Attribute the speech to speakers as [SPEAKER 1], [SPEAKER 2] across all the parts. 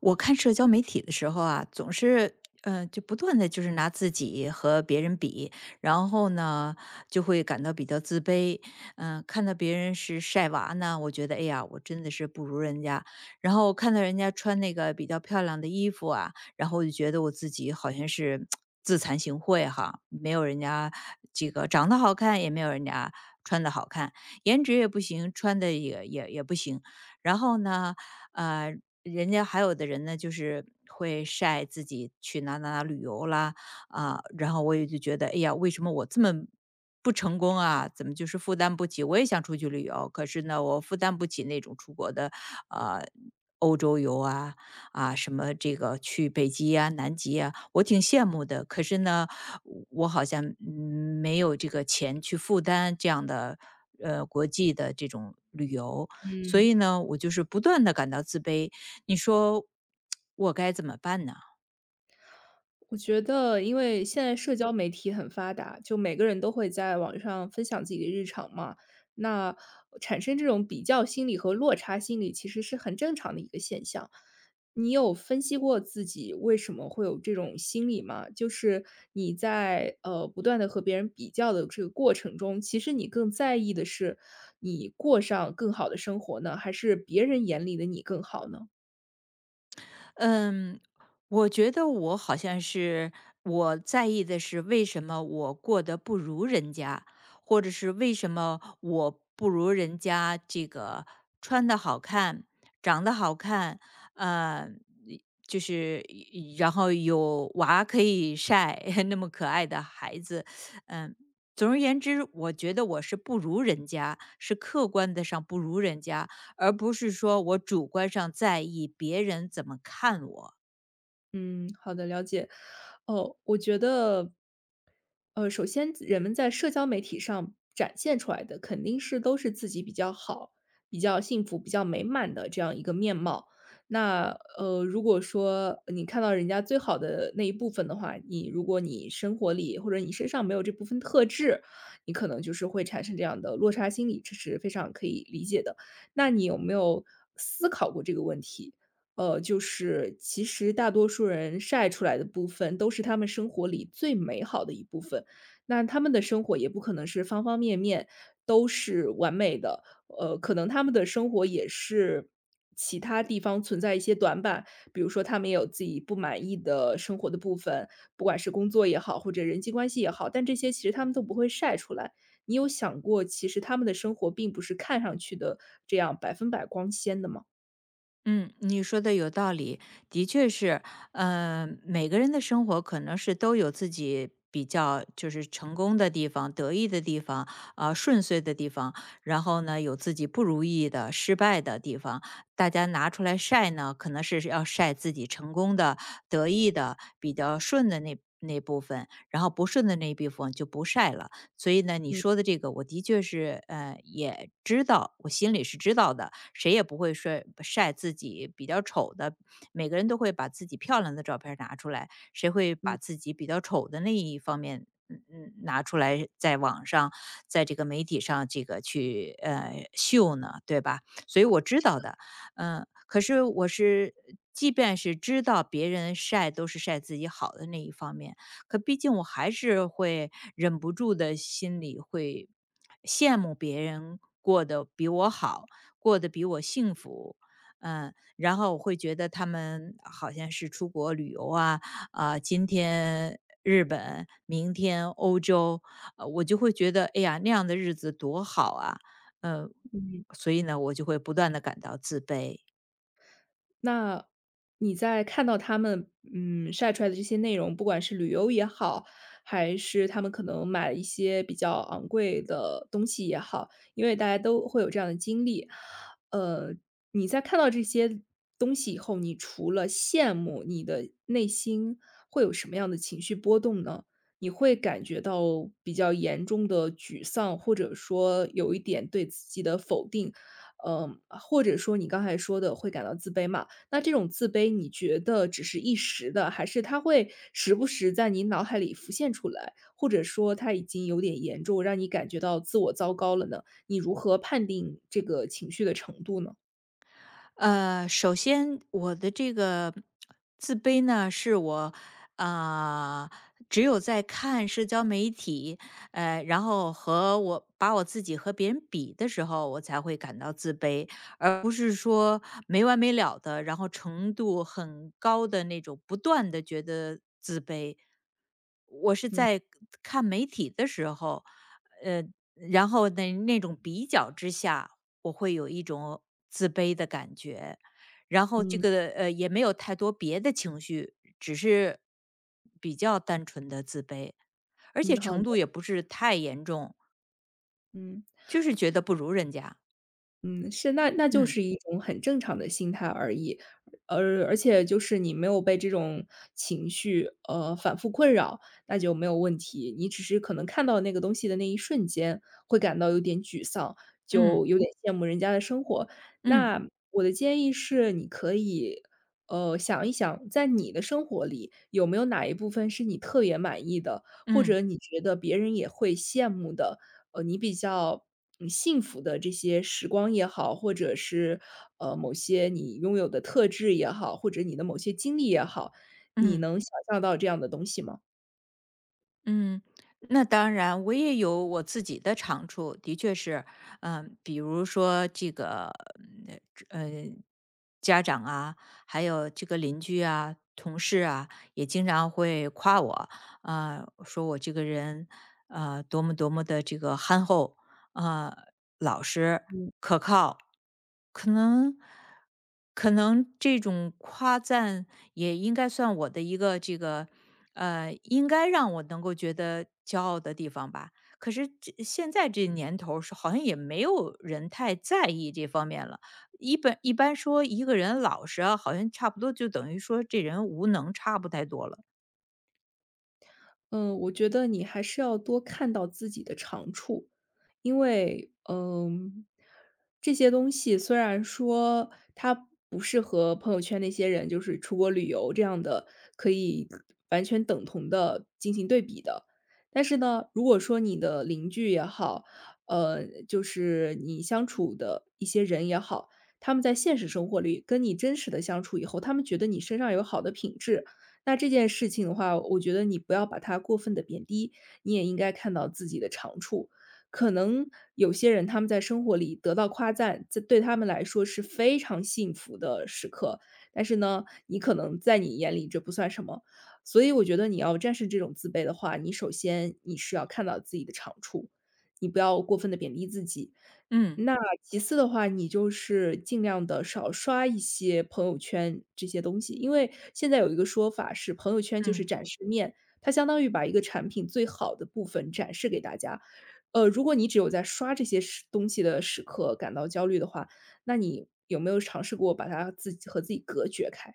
[SPEAKER 1] 我看社交媒体的时候啊，总是就不断的拿自己和别人比，然后呢，就会感到比较自卑。嗯、看到别人是晒娃呢，我觉得哎呀，我真的是不如人家。然后看到人家穿那个比较漂亮的衣服啊，然后我就觉得我自己好像是 自惭形秽哈，没有人家这个长得好看，也没有人家穿的好看，颜值也不行，穿的也不行。然后呢，呃，人家还有的人呢，就是会晒自己去哪哪哪旅游啦，啊，然后我也就觉得，哎呀，为什么我这么不成功啊？怎么就是负担不起？我也想出去旅游，可是呢，我负担不起那种出国的，呃，欧洲游啊，啊，什么这个去北极啊、南极啊，我挺羡慕的。可是呢，我好像没有这个钱去负担这样的，国际的这种旅游。所以呢，我就是不断的感到自卑。你说我该怎么办呢？
[SPEAKER 2] 我觉得，因为现在社交媒体很发达，就每个人都会在网上分享自己的日常嘛，那产生这种比较心理和落差心理，其实是很正常的一个现象。你有分析过自己为什么会有这种心理吗？就是你在不断的和别人比较的这个过程中，其实你更在意的是你过上更好的生活呢，还是别人眼里的你更好呢？
[SPEAKER 1] 嗯，我觉得我好像是我在意的是为什么我过得不如人家，或者是为什么我不如人家这个穿的好看，长得好看，呃，就是然后有娃可以晒 那么可爱的孩子，嗯。总而言之，我觉得我是不如人家，是客观的上不如人家，而不是说我主观上在意别人怎么看我。
[SPEAKER 2] 嗯，好的，了解。哦，我觉得首先人们在社交媒体上展现出来的肯定是都是自己比较好、比较幸福、比较美满的这样一个面貌。那如果说你看到人家最好的那一部分的话，你如果你生活里或者你身上没有这部分特质，你可能就是会产生这样的落差心理，这是非常可以理解的。那你有没有思考过这个问题？就是其实大多数人晒出来的部分都是他们生活里最美好的一部分，那他们的生活也不可能是方方面面都是完美的，可能他们的生活也是其他地方存在一些短板，比如说他们也有自己不满意的生活的部分，不管是工作也好，或者人际关系也好，但这些其实他们都不会晒出来。你有想过，其实他们的生活并不是看上去的这样百分百光鲜的吗？
[SPEAKER 1] 嗯，你说的有道理，的确是，嗯，每个人的生活可能是都有自己比较就是成功的地方、得意的地方、啊、顺遂的地方，然后呢有自己不如意的、失败的地方，大家拿出来晒呢，可能是要晒自己成功的、得意的、比较顺的那部分，然后不顺的那一部分就不晒了。所以呢，你
[SPEAKER 2] 嗯
[SPEAKER 1] 说的这个我的确是，呃，也知道，我心里是知道的，谁也不会说晒自己比较丑的，每个人都会把自己漂亮的照片儿拿出来，谁会
[SPEAKER 2] 嗯
[SPEAKER 1] 把自己比较丑的那一方面，嗯嗯，拿出来在网上，在这个媒体上这个去秀呢，对吧？所以我知道的，嗯、可是我是，即便是知道别人晒都是晒自己好的那一方面，可毕竟我还是会忍不住的心里会羡慕别人过得比我好，过得比我幸福。嗯，然后我会觉得他们好像是出国旅游啊，啊、今天日本，明天欧洲，我就会觉得，哎呀，那样的日子多好啊，呃，
[SPEAKER 2] 嗯。
[SPEAKER 1] 所以呢，我就会不断的感到自卑。
[SPEAKER 2] 那你在看到他们，嗯，晒出来的这些内容，不管是旅游也好，还是他们可能买一些比较昂贵的东西也好，因为大家都会有这样的经历。呃，你在看到这些东西以后，你除了羡慕，你的内心会有什么样的情绪波动呢？你会感觉到比较严重的沮丧，或者说有一点对自己的否定，嗯，或者说你刚才说的会感到自卑嘛？那这种自卑，你觉得只是一时的，还是它会时不时在你脑海里浮现出来，或者说它已经有点严重，让你感觉到自我糟糕了呢？你如何判定这个情绪的程度呢？
[SPEAKER 1] 呃，首先我的这个自卑呢，是我啊、只有在看社交媒体，呃，然后和我把我自己和别人比的时候，我才会感到自卑，而不是说没完没了的，然后程度很高的那种，不断的觉得自卑。我是在看媒体的时候，呃，然后那种比较之下，我会有一种自卑的感觉，然后
[SPEAKER 2] 嗯，
[SPEAKER 1] 也没有太多别的情绪，只是比较单纯的自卑，而
[SPEAKER 2] 嗯，
[SPEAKER 1] 且
[SPEAKER 2] 好
[SPEAKER 1] 程
[SPEAKER 2] 的，
[SPEAKER 1] 度也不是太严重，
[SPEAKER 2] 嗯。
[SPEAKER 1] 就是觉得不如人家。
[SPEAKER 2] 嗯，是，那就
[SPEAKER 1] 嗯
[SPEAKER 2] 是一种很正常的心态而已，而且就是你没有被这种情绪，反复困扰，那就没有问题。你只是可能看到那个东西的那一瞬间，会感到有点沮丧，
[SPEAKER 1] 嗯
[SPEAKER 2] 就有点羡慕人家的生活。
[SPEAKER 1] 嗯
[SPEAKER 2] 那我的建议是，你可以，想一想，在你的生活里，有没有哪一部分是你特别满意的，或
[SPEAKER 1] 嗯
[SPEAKER 2] 者你觉得别人也会羡慕的？你比较幸福的这些时光也好，或者是某些你拥有的特质也好，或者你的某些经历也好，你
[SPEAKER 1] 嗯。
[SPEAKER 2] 能想象到这样的东西吗？
[SPEAKER 1] 嗯，那当然，我也有我自己的长处，的确是，嗯、比如说这个，嗯呃，家长啊，还有这个邻居啊、同事啊，也经常会夸我，啊、说我这个人，啊，多么多么的这个憨厚，啊、老实、可靠，可能。可能这种夸赞也应该算我的一个应该让我能够觉得骄傲的地方吧。可是这现在这年头儿是好像也没有人太在意这方面了。一般说一个人老实啊，好像差不多就等于说这人无能，差不太多了。
[SPEAKER 2] 嗯，我觉得你还是要多看到自己的长处，因为，嗯，这些东西虽然说它不是和朋友圈那些人就是出国旅游这样的可以完全等同的进行对比的，但是呢，如果说你的邻居也好，就是你相处的一些人也好，他们在现实生活里跟你真实的相处以后，他们觉得你身上有好的品质，那这件事情的话，我觉得你不要把它过分的贬低，你也应该看到自己的长处。可能有些人他们在生活里得到夸赞，这对他们来说是非常幸福的时刻，但是呢，你可能在你眼里这不算什么。所以我觉得你要战胜这种自卑的话，你首先你是要看到自己的长处，你不要过分的贬低自己。
[SPEAKER 1] 嗯
[SPEAKER 2] 那其次的话，你就是尽量的少刷一些朋友圈这些东西。因为现在有一个说法是朋友圈就是
[SPEAKER 1] 嗯。
[SPEAKER 2] 展示面，它相当于把一个产品最好的部分展示给大家。如果你只有在刷这些时东西的时刻感到焦虑的话，那你有没有尝试过把它自己和自己隔绝开？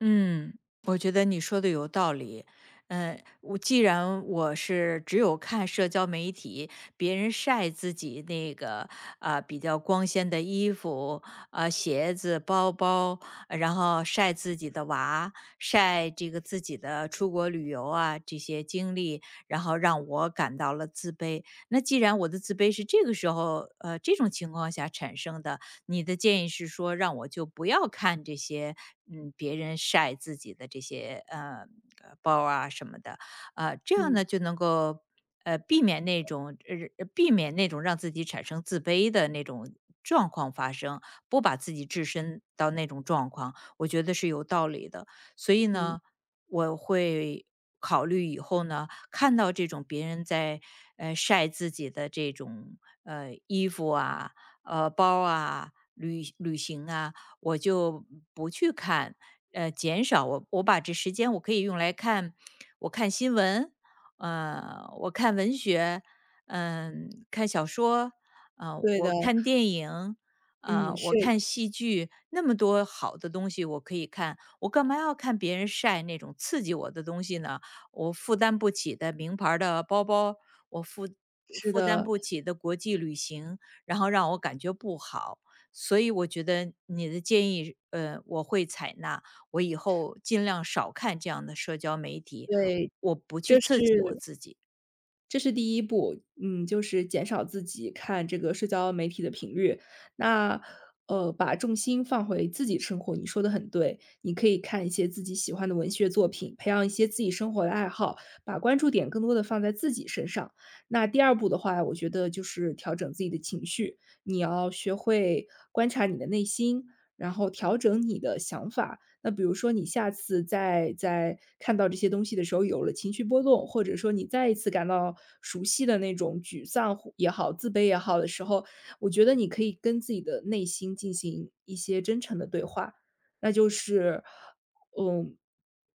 [SPEAKER 1] 嗯，我觉得你说的有道理。嗯，我既然我是只有看社交媒体，别人晒自己那个啊、比较光鲜的衣服、啊、鞋子、包包，然后晒自己的娃，晒这个自己的出国旅游啊这些经历，然后让我感到了自卑。那既然我的自卑是这个时候这种情况下产生的，你的建议是说让我就不要看这些，嗯，别人晒自己的这些包啊什么的，呃，这样
[SPEAKER 2] 嗯，
[SPEAKER 1] 呢就能够呃避免那种呃避免那种让自己产生自卑的那种状况发生，不把自己置身到那种状况，我觉得是有道理的。所以
[SPEAKER 2] 嗯，
[SPEAKER 1] 呢，我会考虑以后呢，看到这种别人在晒自己的这种衣服啊、呃包啊，旅行啊，我就不去看，呃，减少我把这时间我可以用来看，我看新闻，呃，我看文学，嗯、看小说，呃，
[SPEAKER 2] 对的，
[SPEAKER 1] 我看电影，呃，
[SPEAKER 2] 嗯，
[SPEAKER 1] 我
[SPEAKER 2] 是，
[SPEAKER 1] 看戏剧，那么多好的东西我可以看，我干嘛要看别人晒那种刺激我的东西呢？我负担不起的名牌儿的包包，我负
[SPEAKER 2] 是
[SPEAKER 1] 负担
[SPEAKER 2] 的，
[SPEAKER 1] 不起的国际旅行，然后让我感觉不好。所以我觉得你的建议，呃，我会采纳。我以后尽量少看这样的社交媒体，
[SPEAKER 2] 对，
[SPEAKER 1] 我不去
[SPEAKER 2] 这是
[SPEAKER 1] 刺激我自己。
[SPEAKER 2] 这是第一步，嗯，就是减少自己看这个社交媒体的频率。那，把重心放回自己生活，你说的很对，你可以看一些自己喜欢的文学作品，培养一些自己生活的爱好，把关注点更多的放在自己身上。那第二步的话，我觉得就是调整自己的情绪，你要学会观察你的内心，然后调整你的想法，那比如说你下次再看到这些东西的时候有了情绪波动，或者说你再一次感到熟悉的那种沮丧或也好、自卑也好的时候，我觉得你可以跟自己的内心进行一些真诚的对话。那就是，嗯，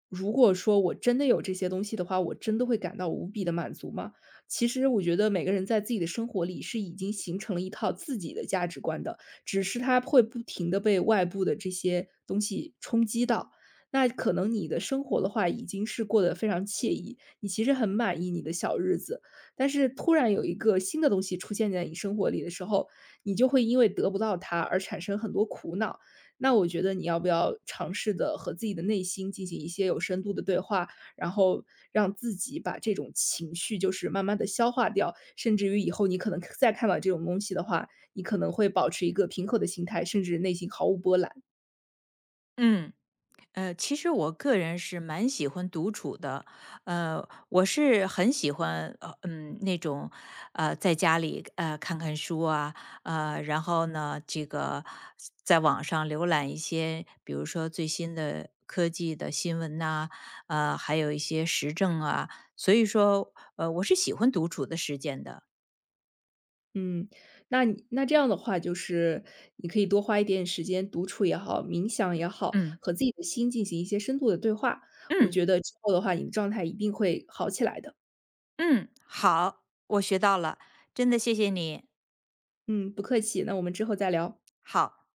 [SPEAKER 2] 如果说我真的有这些东西的话，我真的会感到无比的满足吗？其实我觉得每个人在自己的生活里是已经形成了一套自己的价值观的，只是它会不停的被外部的这些东西冲击到。那可能你的生活的话已经是过得非常惬意，你其实很满意你的小日子，但是突然有一个新的东西出现在你生活里的时候，你就会因为得不到它而产生很多苦恼。那我觉得你要不要尝试的和自己的内心进行一些有深度的对话，然后让自己把这种情绪就是慢慢的消化掉，甚至于以后你可能再看到这种东西的话，你可能会保持一个平和的心态，甚至内心毫无波澜。
[SPEAKER 1] 嗯。呃，其实我个人是蛮喜欢独处的，呃，我是很喜欢，呃，嗯，那种，呃，在家里看看书啊，呃，然后呢，这个在网上浏览一些，比如说最新的科技的新闻呐、呃，还有一些时政啊，所以说，呃，我是喜欢独处的时间的。
[SPEAKER 2] 嗯，那这样的话，就是你可以多花一点时间独处也好，冥想也好，
[SPEAKER 1] 嗯
[SPEAKER 2] 和自己的心进行一些深度的对话。我
[SPEAKER 1] 嗯
[SPEAKER 2] 觉得之后的话，你的状态一定会好起来的。
[SPEAKER 1] 嗯，好，我学到了，真的谢谢你，
[SPEAKER 2] 嗯，不客气，那我们之后再聊。
[SPEAKER 1] 好。